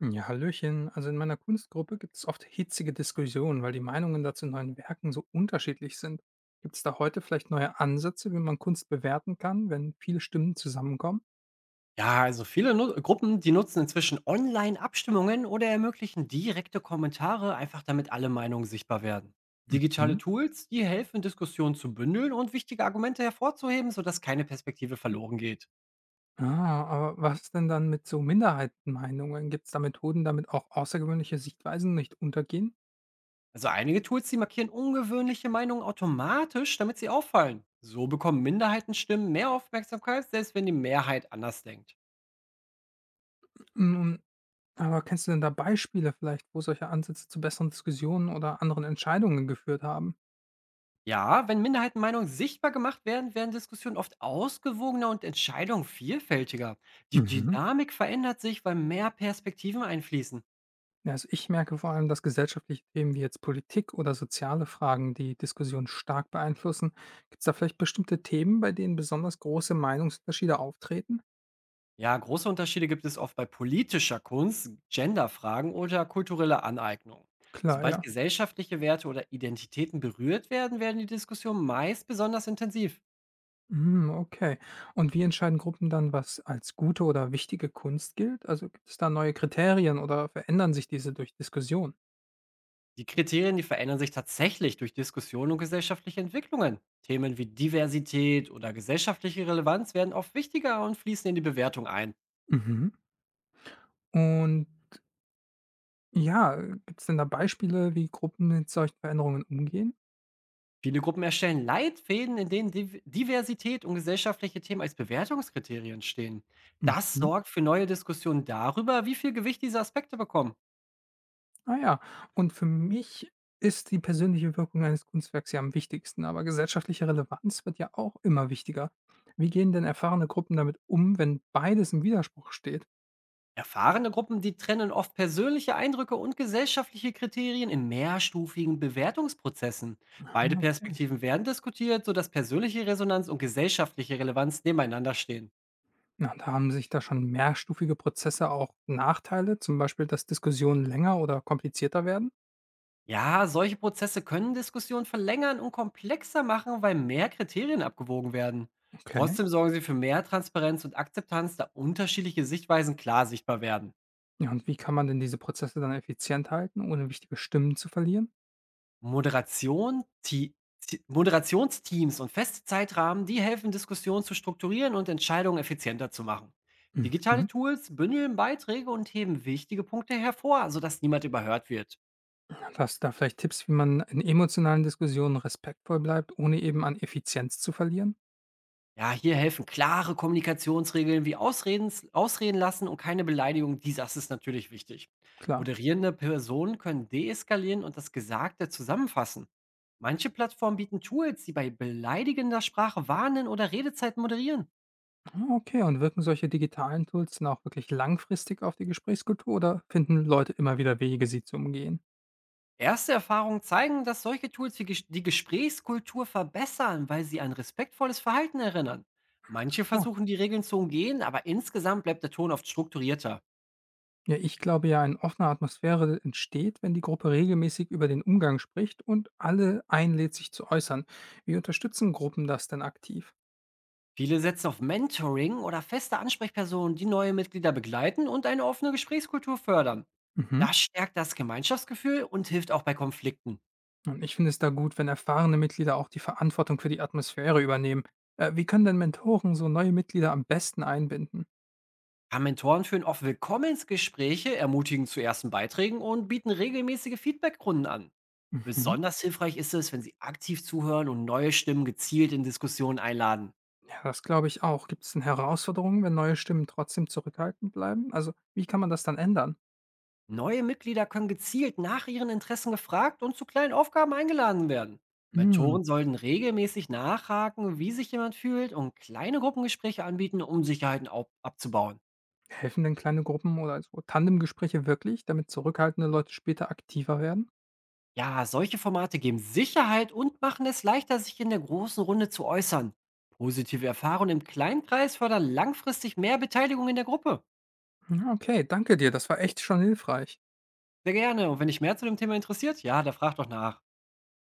Ja, hallöchen. Also in meiner Kunstgruppe gibt es oft hitzige Diskussionen, weil die Meinungen dazu neuen Werken so unterschiedlich sind. Gibt es da heute vielleicht neue Ansätze, wie man Kunst bewerten kann, wenn viele Stimmen zusammenkommen? Ja, also viele Nu Gruppen, die nutzen inzwischen Online-Abstimmungen oder ermöglichen direkte Kommentare, einfach damit alle Meinungen sichtbar werden. Digitale Mhm. Tools, die helfen, Diskussionen zu bündeln und wichtige Argumente hervorzuheben, sodass keine Perspektive verloren geht. Ah, aber was denn dann mit so Minderheitenmeinungen? Gibt es da Methoden, damit auch außergewöhnliche Sichtweisen nicht untergehen? Also einige Tools, die markieren ungewöhnliche Meinungen automatisch, damit sie auffallen. So bekommen Minderheitenstimmen mehr Aufmerksamkeit, selbst wenn die Mehrheit anders denkt. Mm, aber kennst du denn da Beispiele vielleicht, wo solche Ansätze zu besseren Diskussionen oder anderen Entscheidungen geführt haben? Ja, wenn Minderheitenmeinungen sichtbar gemacht werden, werden Diskussionen oft ausgewogener und Entscheidungen vielfältiger. Die Mhm. Dynamik verändert sich, weil mehr Perspektiven einfließen. Ja, also ich merke vor allem, dass gesellschaftliche Themen wie jetzt Politik oder soziale Fragen die Diskussion stark beeinflussen. Gibt es da vielleicht bestimmte Themen, bei denen besonders große Meinungsunterschiede auftreten? Ja, große Unterschiede gibt es oft bei politischer Kunst, Genderfragen oder kultureller Aneignung. Klar, Sobald ja. gesellschaftliche Werte oder Identitäten berührt werden, werden die Diskussionen meist besonders intensiv. Hm, okay. Und wie entscheiden Gruppen dann, was als gute oder wichtige Kunst gilt? Also gibt es da neue Kriterien oder verändern sich diese durch Diskussion? Die Kriterien, die verändern sich tatsächlich durch Diskussionen und gesellschaftliche Entwicklungen. Themen wie Diversität oder gesellschaftliche Relevanz werden oft wichtiger und fließen in die Bewertung ein. Mhm. Und ja, gibt es denn da Beispiele, wie Gruppen mit solchen Veränderungen umgehen? Viele Gruppen erstellen Leitfäden, in denen Diversität und gesellschaftliche Themen als Bewertungskriterien stehen. Das Mhm. sorgt für neue Diskussionen darüber, wie viel Gewicht diese Aspekte bekommen. Ah ja, und für mich ist die persönliche Wirkung eines Kunstwerks ja am wichtigsten, aber gesellschaftliche Relevanz wird ja auch immer wichtiger. Wie gehen denn erfahrene Gruppen damit um, wenn beides im Widerspruch steht? Erfahrene Gruppen, die trennen oft persönliche Eindrücke und gesellschaftliche Kriterien in mehrstufigen Bewertungsprozessen. Ah, Beide okay. Perspektiven werden diskutiert, sodass persönliche Resonanz und gesellschaftliche Relevanz nebeneinander stehen. Na, da haben sich da schon mehrstufige Prozesse auch Nachteile, zum Beispiel, dass Diskussionen länger oder komplizierter werden. Ja, solche Prozesse können Diskussionen verlängern und komplexer machen, weil mehr Kriterien abgewogen werden. Okay. Trotzdem sorgen sie für mehr Transparenz und Akzeptanz, da unterschiedliche Sichtweisen klar sichtbar werden. Ja, und wie kann man denn diese Prozesse dann effizient halten, ohne wichtige Stimmen zu verlieren? Moderation Ti Ti Moderationsteams und feste Zeitrahmen, die helfen, Diskussionen zu strukturieren und Entscheidungen effizienter zu machen. Digitale Mhm. Tools bündeln Beiträge und heben wichtige Punkte hervor, sodass niemand überhört wird. Hast du da vielleicht Tipps, wie man in emotionalen Diskussionen respektvoll bleibt, ohne eben an Effizienz zu verlieren? Ja, hier helfen klare Kommunikationsregeln wie Ausreden lassen und keine Beleidigung. Dies das ist natürlich wichtig. Klar. Moderierende Personen können deeskalieren und das Gesagte zusammenfassen. Manche Plattformen bieten Tools, die bei beleidigender Sprache warnen oder Redezeiten moderieren. Ah, okay. Und wirken solche digitalen Tools dann auch wirklich langfristig auf die Gesprächskultur oder finden Leute immer wieder Wege, sie zu umgehen? Erste Erfahrungen zeigen, dass solche Tools die Gesprächskultur verbessern, weil sie an respektvolles Verhalten erinnern. Manche Ja. versuchen, die Regeln zu umgehen, aber insgesamt bleibt der Ton oft strukturierter. Ja, ich glaube ja, eine offene Atmosphäre entsteht, wenn die Gruppe regelmäßig über den Umgang spricht und alle einlädt, sich zu äußern. Wie unterstützen Gruppen das denn aktiv? Viele setzen auf Mentoring oder feste Ansprechpersonen, die neue Mitglieder begleiten und eine offene Gesprächskultur fördern. Mhm. Das stärkt das Gemeinschaftsgefühl und hilft auch bei Konflikten. Und ich finde es da gut, wenn erfahrene Mitglieder auch die Verantwortung für die Atmosphäre übernehmen. Wie können denn Mentoren so neue Mitglieder am besten einbinden? Ja, Mentoren führen oft Willkommensgespräche, ermutigen zu ersten Beiträgen und bieten regelmäßige Feedbackrunden an. Mhm. Besonders hilfreich ist es, wenn sie aktiv zuhören und neue Stimmen gezielt in Diskussionen einladen. Ja, das glaube ich auch. Gibt es denn Herausforderungen, wenn neue Stimmen trotzdem zurückhaltend bleiben? Also, wie kann man das dann ändern? Neue Mitglieder können gezielt nach ihren Interessen gefragt und zu kleinen Aufgaben eingeladen werden. Hm. Mentoren sollten regelmäßig nachhaken, wie sich jemand fühlt und kleine Gruppengespräche anbieten, um abzubauen. Helfen denn kleine Gruppen oder so Tandemgespräche wirklich, damit zurückhaltende Leute später aktiver werden? Ja, solche Formate geben Sicherheit und machen es leichter, sich in der großen Runde zu äußern. Positive Erfahrungen im Kleinkreis fördern langfristig mehr Beteiligung in der Gruppe. Ja, okay, danke dir. Das war echt schon hilfreich. Sehr gerne. Und wenn dich mehr zu dem Thema interessiert, ja, da frag doch nach.